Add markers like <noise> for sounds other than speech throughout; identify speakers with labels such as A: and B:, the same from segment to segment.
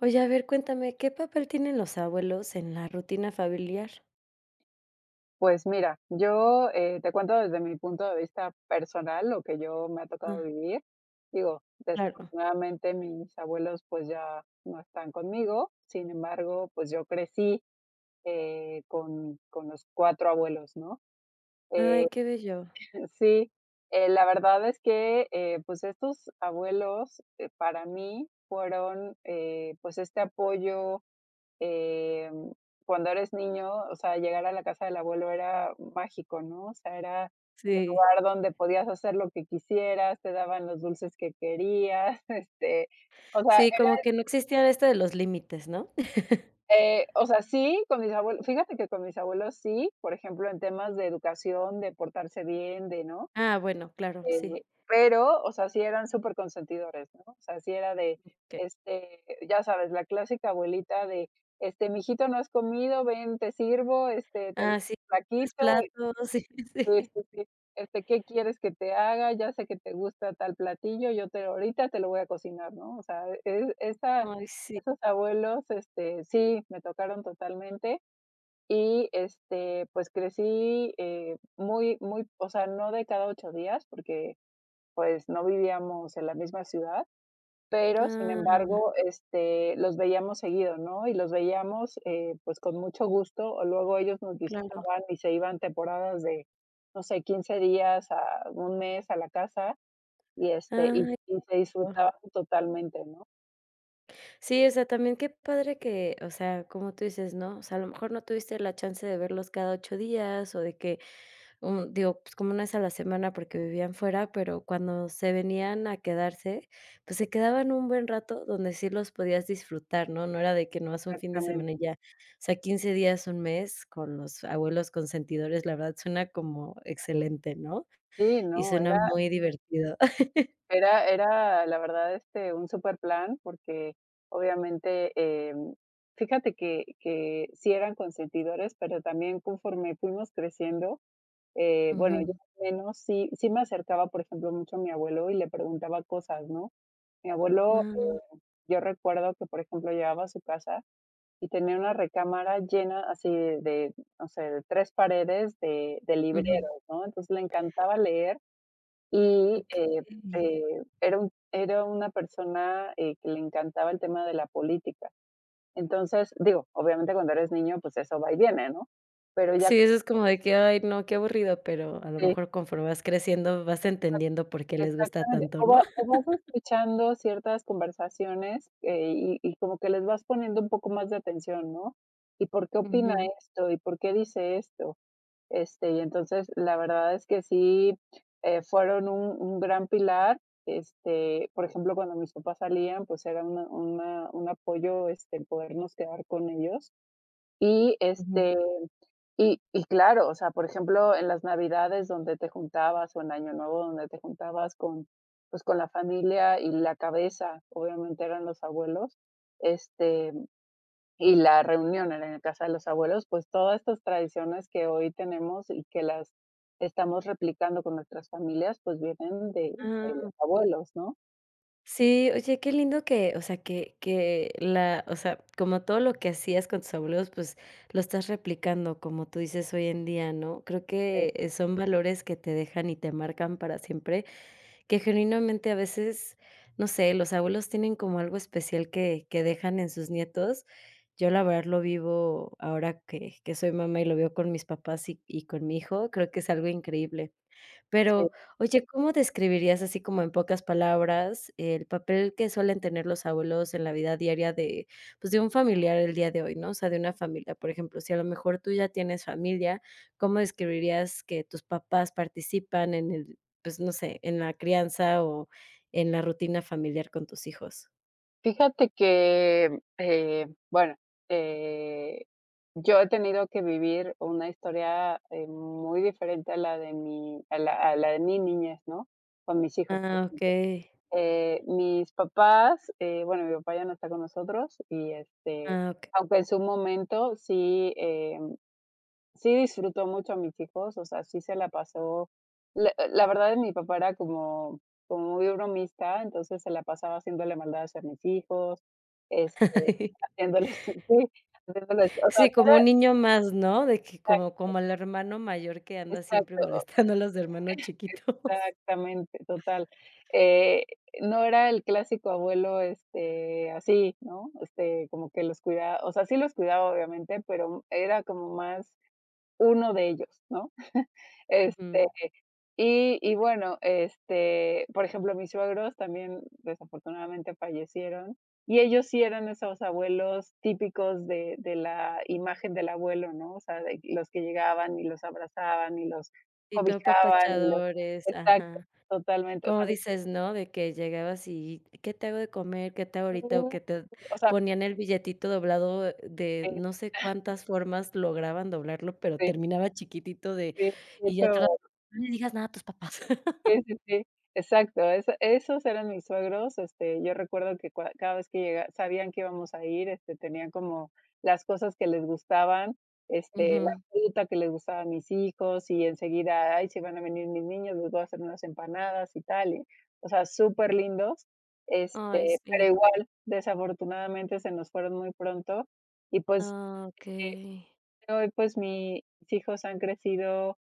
A: Oye, a ver, cuéntame, ¿qué papel tienen los abuelos en la rutina familiar?
B: Pues mira, yo, te cuento desde mi punto de vista personal lo que yo me ha tocado
A: Ah,
B: vivir. Digo,
A: claro.
B: desafortunadamente mis abuelos, pues, ya no están conmigo. Sin embargo, pues, yo crecí, con los 4 abuelos, ¿no?
A: Ay,
B: Eh,
A: qué bello.
B: <laughs> sí, la verdad es que, pues, estos abuelos, para mí fueron, pues, este apoyo eh, cuando eres niño, o sea, llegar a la casa del abuelo era mágico, ¿no? O sea, era el
A: Sí.
B: lugar donde podías hacer lo que quisieras, te daban los dulces que querías, <laughs> o sea,
A: Sí, como que no existía esto de los límites, ¿no? <laughs>
B: o sea, sí, con mis abuelos, fíjate que con mis abuelos sí, por ejemplo, en temas de educación, de portarse bien, de, ¿no?
A: Ah, bueno, claro,
B: Eh,
A: sí.
B: pero, o sea, sí eran súper consentidores, ¿no? O sea, sí era de,
A: Okey.
B: este, ya sabes, la clásica abuelita de, este: "Mijito, no has comido, ven, te sirvo, este, te
A: Ah,
B: gusta
A: sí,
B: un
A: tres
B: taquito",
A: platos, <laughs> sí,
B: sí,
A: sí.
B: sí, sí, este: "¿Qué quieres que te haga? Ya sé que te gusta tal platillo, yo te ahorita te lo voy a cocinar", ¿no? O sea, es esa
A: Ay, sí.
B: esos abuelos, sí, me tocaron totalmente y, pues crecí, muy muy, o sea, no de cada 8 días, porque pues, no vivíamos en la misma ciudad, pero, sin
A: Ah,
B: embargo, los veíamos seguido, ¿no? Y los veíamos, pues, con mucho gusto, o luego ellos nos
A: claro.
B: visitaban y se iban temporadas de, no sé, 15 días a un mes a la casa y, y
A: Ay, qué
B: y se
A: bonito.
B: disfrutaban totalmente, ¿no?
A: Sí, o sea, también qué padre que, o sea, como tú dices, ¿no? O sea, a lo mejor no tuviste la chance de verlos cada 8 días, o de que Un digo, pues, como una vez a la semana porque vivían fuera, pero cuando se venían a quedarse, pues, se quedaban un buen rato donde sí los podías disfrutar, ¿no? No era de que nomás un fin de semana
B: Exactamente.
A: y ya. O sea, 15 días, un mes con los abuelos consentidores, la verdad suena como excelente, ¿no?
B: Sí,
A: Y
B: no,
A: suena
B: era
A: muy divertido. <laughs>
B: era, la verdad, un super plan porque, obviamente, fíjate que sí eran consentidores, pero también conforme fuimos creciendo, bueno,
A: Ujú.
B: yo al menos sí me acercaba, por ejemplo, mucho a mi abuelo y le preguntaba cosas, ¿no? Mi abuelo,
A: Ah,
B: yo recuerdo que, por ejemplo, llegaba a su casa y tenía una recámara llena así de, no sé, de 3 paredes de
A: ujú,
B: libreros, ¿no? Entonces, le encantaba leer y,
A: okey.
B: eh, era un era una persona, que le encantaba el tema de la política. Entonces, digo, obviamente cuando eres niño, pues eso va y viene, ¿no? Pero ya
A: Sí, eso es como de que, ay, no, qué aburrido, pero a lo
B: eh,
A: mejor conforme vas creciendo vas
B: <laughs>
A: entendiendo por qué les gusta
B: exactamente,
A: tanto,
B: o
A: ¿no?
B: va o vas escuchando ciertas conversaciones, y como que les vas poniendo un poco más de atención, ¿no? ¿Y por qué opina
A: Ujú,
B: esto? ¿Y por qué dice esto? Y entonces, la verdad es que sí, fueron un gran pilar. Por ejemplo, cuando mis papás salían, pues era una un apoyo, podernos quedar con ellos. Y,
A: ujú.
B: y claro, o sea, por ejemplo, en las Navidades donde te juntabas o en Año Nuevo donde te juntabas con, pues, con la familia y la cabeza, obviamente eran los abuelos, este y la reunión en la casa de los abuelos, pues todas estas tradiciones que hoy tenemos y que las estamos replicando con nuestras familias, pues vienen de los
A: Ah.
B: abuelos, ¿no?
A: Sí, oye, qué lindo que, o sea, que la o sea, como todo lo que hacías con tus abuelos, pues, lo estás replicando, como tú dices, hoy en día, ¿no? Creo que, son valores que te dejan y te marcan para siempre, que genuinamente a veces, no sé, los abuelos tienen como algo especial que dejan en sus nietos. Yo, la verdad, lo vivo ahora que soy mamá y lo veo con mis papás y con mi hijo, creo que es algo increíble.
B: Este,
A: Pero, oye, ¿cómo describirías así como en pocas palabras el papel que suelen tener los abuelos en la vida diaria de, pues, de un familiar el día de hoy, ¿no? O sea, de una familia. Por ejemplo, si a lo mejor tú ya tienes familia, ¿cómo describirías que tus papás participan en el, pues, no sé, en la crianza o en la rutina familiar con tus hijos?
B: fíjate que, bueno, eh, yo he tenido que vivir una historia, muy diferente a la de mi a la de mi niñez, ¿no? Con mis hijos, por
A: Ah,
B: ejemplo.
A: okey.
B: Mis papás, bueno, mi papá ya no está con nosotros y,
A: Ah, okey.
B: aunque en su momento sí, sí disfrutó mucho a mis hijos, o sea, sí se la pasó la la verdad, mi papá era como como muy bromista, entonces se la pasaba haciéndole maldades a mis hijos, este,
A: <laughs>
B: haciéndoles <laughs> sí, haciéndoles, o sea,
A: Sí, como un niño más, ¿no? De que como el hermano mayor que anda siempre
B: exacto.
A: molestando a los hermanos chiquitos.
B: Exactamente, total. Eh, no era el clásico abuelo, así, ¿no? Como que los cuidaba, o sea, sí los cuidaba, obviamente, pero era como más uno de ellos, ¿no? <laughs> Este
A: Ujú.
B: y bueno, por ejemplo, mis suegros también desafortunadamente fallecieron, y ellos sí eran esos abuelos típicos de la imagen del abuelo, ¿no? O sea, de los que llegaban y los abrazaban y los
A: Y tú
B: cobijaban y los
A: apapachadores,
B: exacto,
A: ajá.
B: totalmente. O
A: Como
B: sea, mi
A: dices, ¿no? De que llegabas y, ¿qué te hago de comer? ¿Qué te hago ahorita? O que te
B: o sea,
A: ponían el billetito doblado de
B: este,
A: no sé cuántas formas lograban doblarlo, pero
B: sí,
A: terminaba chiquitito de
B: sí, de
A: y ya te
B: hecho
A: lo no le digas nada a tus papás. <laughs>
B: sí, sí, sí, exacto. Eso esos eran mis suegros, yo recuerdo que cua cada vez que llega sabían que íbamos a ir, tenían como las cosas que les gustaban, la
A: Ujú.
B: fruta que les gustaba a mis hijos, y enseguida: "Ay, si van a venir mis niños, les voy a hacer unas empanadas", y tal, y, o sea, súper lindos.
A: Ay,
B: Pero
A: sí.
B: igual, desafortunadamente se nos fueron muy pronto, y pues,
A: Ah,
B: eh,
A: okey.
B: hoy, pues, mis hijos han crecido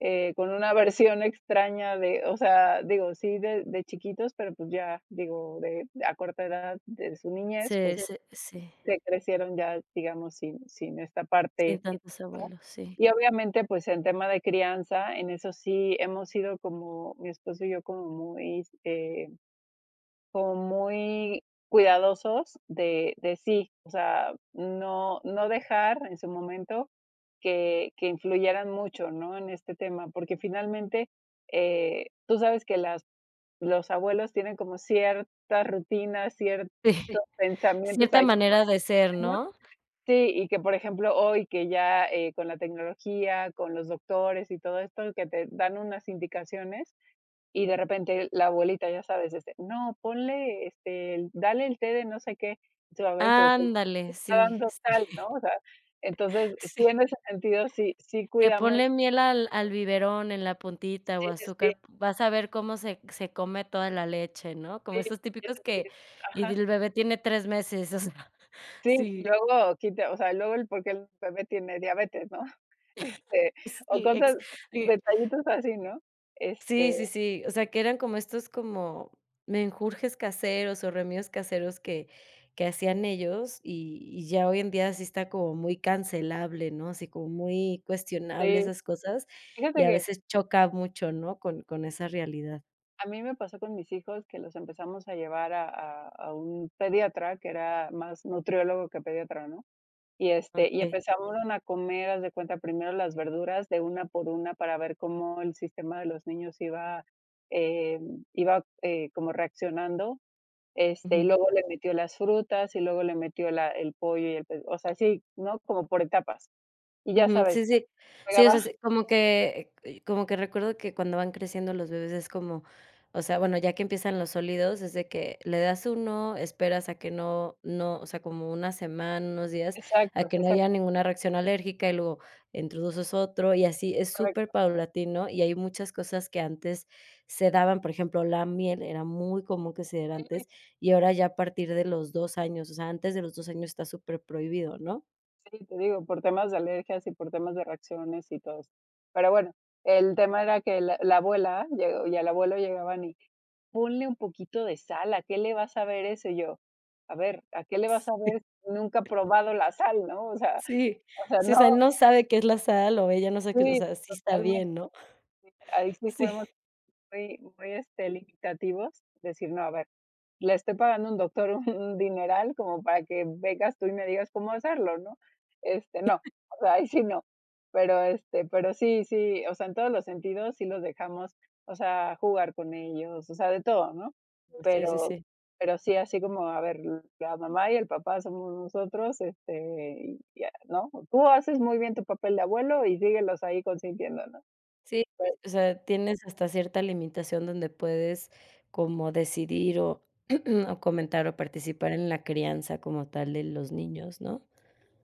B: con una versión extraña de, o sea, digo, sí de chiquitos, pero pues ya, digo, de, a corta edad de su niñez,
A: Sí,
B: pues sí.
A: sí, sí.
B: Se crecieron ya, digamos, sin, sin esta
A: Sin
B: parte, sí,
A: tantos
B: ¿no?
A: abuelos, sí.
B: Y obviamente, pues en tema de crianza, en eso sí hemos sido como mi esposo y yo como muy cuidadosos de sí, o sea, no no dejar en su momento que influyeran mucho, ¿no?, en este tema, porque finalmente, tú sabes que las los abuelos tienen como ciertas rutinas, ciertos
A: <laughs>
B: sí,
A: Sí,
B: pensamientos
A: cierta
B: ahí,
A: manera de ser,
B: ¿no?
A: ¿no?
B: Sí, y que, por ejemplo, hoy que ya, con la tecnología, con los doctores y todo esto, que te dan unas indicaciones, y de repente la abuelita, ya sabes, no, ponle, el dale el té de no sé qué. Y tú, a ver, pero si te
A: Ándale,
B: está
A: sí,
B: dando
A: sí,
B: tal, ¿no?
A: <laughs>
B: O sea, entonces, sí,
A: sí.
B: en ese sentido, sí em,
A: Que
B: cuidamos
A: ponle miel al biberón en la puntita o
B: sí, sí,
A: azúcar,
B: sí.
A: vas a ver cómo se come toda la leche, ¿no? Como
B: Sí,
A: esos
B: sí, es
A: típicos
B: así,
A: que y
B: ajá,
A: el bebé tiene 3 meses, o sea, <laughs>
B: sí, y
A: sí,
B: luego quita, o sea, luego el porque el bebé tiene diabetes, ¿no? <laughs> Este, o
A: sí, ex
B: cosas,
A: sí,
B: detallitos así, ¿no?
A: sí,
B: Este,
A: sí, sí, o sea, que eran como estos como menjurjes caseros o remedios caseros que hacían ellos y ya hoy en día sí está como muy cancelable, ¿no? Así como muy cuestionable
B: sí,
A: esas cosas y
B: fíjate
A: a
B: que
A: veces choca mucho, ¿no? Con esa realidad.
B: a mí me pasó con mis hijos que los empezamos a llevar a un pediatra, que era más nutriólogo que pediatra, ¿no? Y, y
A: Okey.
B: empezaron a comer, haz de cuenta, primero las verduras de una por una para ver cómo el sistema de los niños iba, iba, como reaccionando, y
A: Ujú,
B: luego le metió las frutas, y luego le metió la el pollo y el pe o sea, sí, ¿no? Como por etapas. Y ya
A: ujú,
B: sabes,
A: sí, sí. Sí, o
B: pegaba
A: sea,
B: <laughs>
A: sí, como que recuerdo que cuando van creciendo los bebés es como, o sea, bueno, ya que empiezan los sólidos, es de que le das uno, esperas a que no, no, o sea, como una semana, unos días, a
B: exacto,
A: que no
B: exacto,
A: haya ninguna reacción alérgica y luego introduces otro y así es súper
B: correcto.
A: paulatino y hay muchas cosas que antes se daban, por ejemplo, la miel era muy común que se diera antes y ahora ya a partir de los 2 años, o sea, antes de los 2 años está súper prohibido, ¿no?
B: Sí, te digo, por temas de alergias y por temas de reacciones y todo eso. Pero bueno, el tema era que la abuela llegó y al abuelo llegaban y ponle un poquito de sal, ¿a qué le vas a ver eso? Y yo, a ver, ¿a qué le vas a ver si nunca he probado la sal, no?
A: Sí,
B: O sea,
A: sí, o sea, él
B: no,
A: no sabe qué es la sal, o ella no sabe qué es o
B: sí,
A: sea, sí está
B: totalmente.
A: bien, ¿no? <laughs>
B: Ahí sí
A: Sí,
B: fuimos muy muy, limitativos, decir: "No, a ver, le estoy pagando a un doctor <laughs> un dineral como para que vengas tú y me digas cómo hacerlo", ¿no? No, o sea, ahí sí no. Pero, pero sí, sí, o sea, en todos los sentidos sí los dejamos, o sea, jugar con ellos, o sea, de todo, ¿no?
A: sí, sí,
B: Pero
A: sí.
B: pero sí, así como, a ver, la mamá y el papá somos nosotros, y ya, ¿no? Tú haces muy bien tu papel de abuelo y síguelos ahí consintiendo, ¿no?
A: Sí,
B: Pues,
A: o sea, tienes hasta cierta limitación donde puedes como decidir o <clears throat> o comentar o participar en la crianza como tal de los niños, ¿no?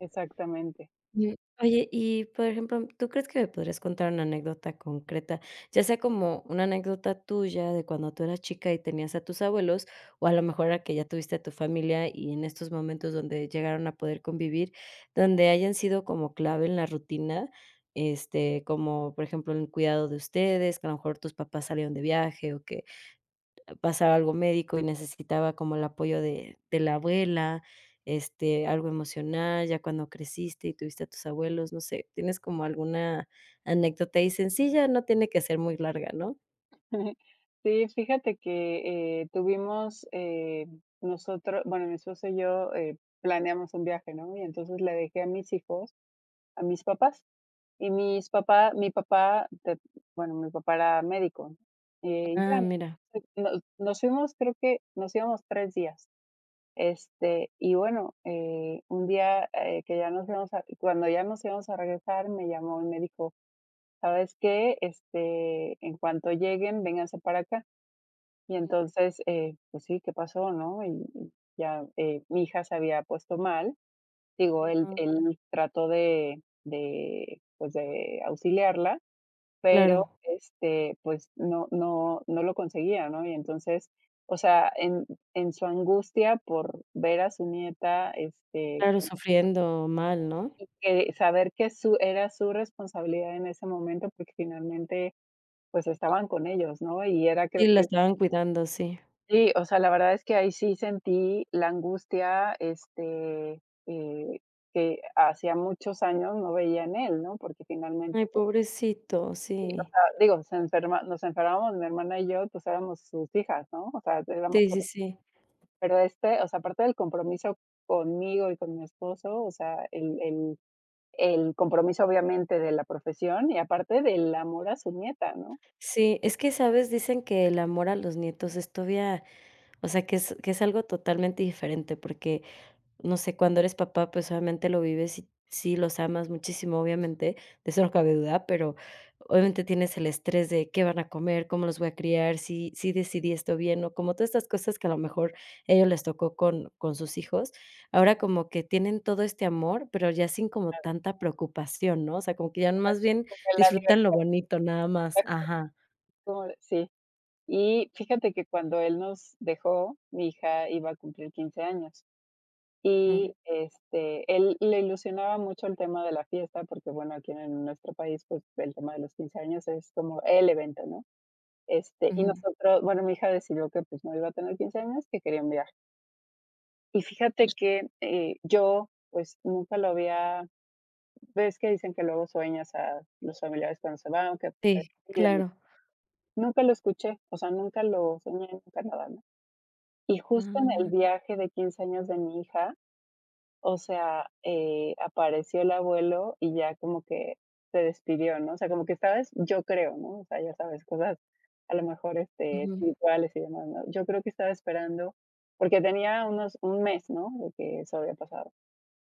B: exactamente.
A: Mm, oye, y por ejemplo, ¿tú crees que me podrías contar una anécdota concreta? Ya sea como una anécdota tuya de cuando tú eras chica y tenías a tus abuelos, o a lo mejor a que ya tuviste a tu familia y en estos momentos donde llegaron a poder convivir, donde hayan sido como clave en la rutina, como por ejemplo, el cuidado de ustedes, que a lo mejor tus papás salieron de viaje o que pasaba algo médico y necesitaba como el apoyo de la abuela, algo emocional, ya cuando creciste y tuviste a tus abuelos, no sé, ¿tienes como alguna anécdota ahí sencilla? No tiene que ser muy larga, ¿no?
B: <laughs> Sí, fíjate que tuvimos nosotros, bueno, mi esposo y yo planeamos un viaje, ¿no? Y entonces le dejé a mis hijos, a mis papás, y mis papá, mi papá, te- bueno, mi papá era médico, ¿no? Ya,
A: Ah, mira.
B: no, nos, nos fuimos, creo que nos íbamos 3 días. Y bueno, un día que ya nos íbamos a, cuando ya nos íbamos a regresar, me llamó y me dijo, ¿sabes qué? En cuanto lleguen, vénganse para acá. Y
A: Sí.
B: entonces, pues sí, ¿qué pasó, no? Y ya, mi hija se había puesto mal, digo, él
A: Ah,
B: él trató de, pues, de auxiliarla, pero,
A: claro,
B: pues, no no no lo conseguía, ¿no? Y entonces, o sea, en su angustia por ver a su nieta,
A: claro, sufriendo mal, ¿no?
B: que saber que su era su responsabilidad en ese momento, porque finalmente, pues, estaban con ellos, ¿no? Y era creo
A: Sí, la
B: que
A: estaban cuidando, sí.
B: sí, o sea, la verdad es que ahí sí sentí la angustia, eh, que hacía muchos años no veía en él, ¿no? Porque finalmente,
A: Ay,
B: pues
A: pobrecito,
B: sí, o
A: sí.
B: sea, digo, se enferma nos enfermábamos mi hermana y yo, pues éramos sus hijas, ¿no? O sea, éramos
A: Sí, sí,
B: solo-
A: sí.
B: pero o sea, aparte del compromiso conmigo y con mi esposo, o sea, el el compromiso obviamente de la profesión y aparte del amor a su nieta, ¿no?
A: Sí, es que, ¿sabes? Dicen que el amor a los nietos es todavía, o sea, que es algo totalmente diferente, porque no sé, cuando eres papá, pues, obviamente lo vives y sí los amas muchísimo, obviamente, de eso no cabe duda, pero obviamente tienes el estrés de qué van a comer, cómo los voy a criar, si decidí esto bien, o como todas estas cosas que a lo mejor ellos les tocó con sus hijos. Ahora como que tienen todo este amor, pero ya sin como tanta preocupación, ¿no? O sea, como que ya más bien
B: Porque la
A: disfrutan lo
B: libertad
A: bonito nada más. Ajá.
B: como sí. Y fíjate que cuando él nos dejó, mi hija iba a cumplir 15 años
A: Mm,
B: y, él le ilusionaba mucho el tema de la fiesta, porque, bueno, aquí en nuestro país, pues, el tema de los 15 años es como el evento, ¿no? Y
A: ujú.
B: nosotros bueno, mi hija decidió que, pues, no iba a tener 15 años, que quería un viaje. Y fíjate que, yo, pues, nunca lo había ves que dicen que luego sueñas a los familiares cuando se van, que pues, se
A: Sí,
B: despiden.
A: claro.
B: Nunca lo escuché, o sea, nunca lo soñé, nunca nada, ¿no? Y justo en el
A: Ah,
B: viaje de 15 años de mi hija, o sea, apareció el abuelo y ya como que se despidió, ¿no? O sea, como que sabes, yo creo, ¿no? O sea, ya sabes, cosas a lo mejor,
A: ujú.
B: espirituales y demás, ¿no? Yo creo que estaba esperando, porque tenía unos un mes, ¿no? De que eso había pasado.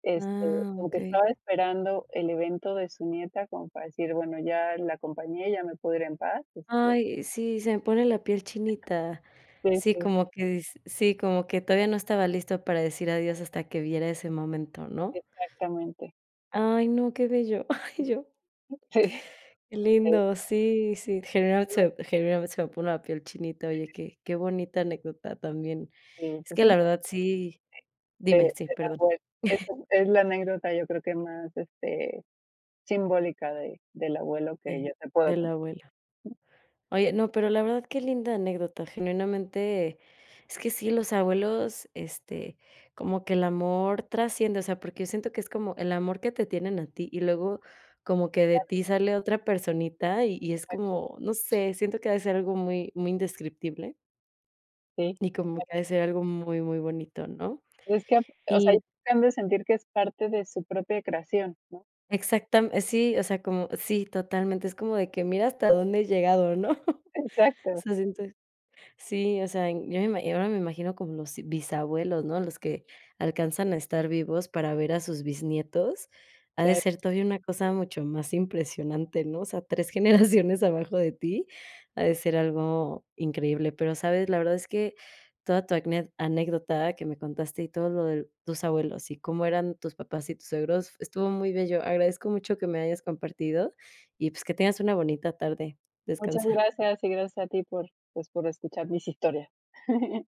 B: Este,
A: Ah,
B: como que
A: okey.
B: estaba esperando el evento de su nieta como para decir, bueno, ya la acompañé, ya me puedo ir en paz,
A: Ay, sí, se me pone la piel chinita.
B: sí,
A: Sí,
B: sí,
A: como que dis sí, como que todavía no estaba listo para decir adiós hasta que viera ese momento, ¿no?
B: exactamente.
A: Ay, no, qué bello. <laughs> Ay, yo,
B: <laughs> Sí,
A: qué lindo. Sí, sí, generalmente se me pone la piel chinita. Oye, qué bonita anécdota también.
B: sí,
A: Es
B: pues
A: que
B: es
A: la verdad sí
B: De
A: dime, sí,
B: de la
A: perdón,
B: abuela. Esa es la anécdota, yo creo que más, simbólica de del abuelo que
A: de
B: yo te puedo
A: de la
B: contar.
A: abuela. Oye, no, pero la verdad qué linda anécdota, genuinamente, es que sí, los abuelos, como que el amor trasciende, o sea, porque yo siento que es como el amor que te tienen a ti y luego como que de ti sale otra personita y es como, no sé, siento que ha de ser algo muy muy indescriptible
B: Sí,
A: y como que
B: total.
A: ha de ser algo muy, muy bonito, ¿no?
B: Es que, o sea,
A: Y
B: ellos han de sentir que es parte de su propia creación, ¿no?
A: exactamente, sí, o sea, como sí, totalmente, es como de que mira hasta dónde he llegado, ¿no? <laughs>
B: <laughs>
A: O
B: Exacto.
A: sea, siento. Sí, o sea, en- yo me ima ahora me imagino como los bisabuelos, ¿no? Los que alcanzan a estar vivos para ver a sus bisnietos.
B: O
A: Ha de
B: sea,
A: ser todavía una cosa mucho más impresionante, ¿no? O sea, 3 <laughs> generaciones abajo de ti, ha de ser algo increíble. Pero, ¿sabes? La verdad es que toda tu acné anécdota que me contaste y todo lo de tus abuelos y cómo eran tus papás y tus suegros, estuvo muy bello. Agradezco mucho que me hayas compartido y, pues, que tengas una bonita tarde.
B: muchas
A: Descansa.
B: gracias y gracias a ti por, pues, por escuchar mis historias. <laughs>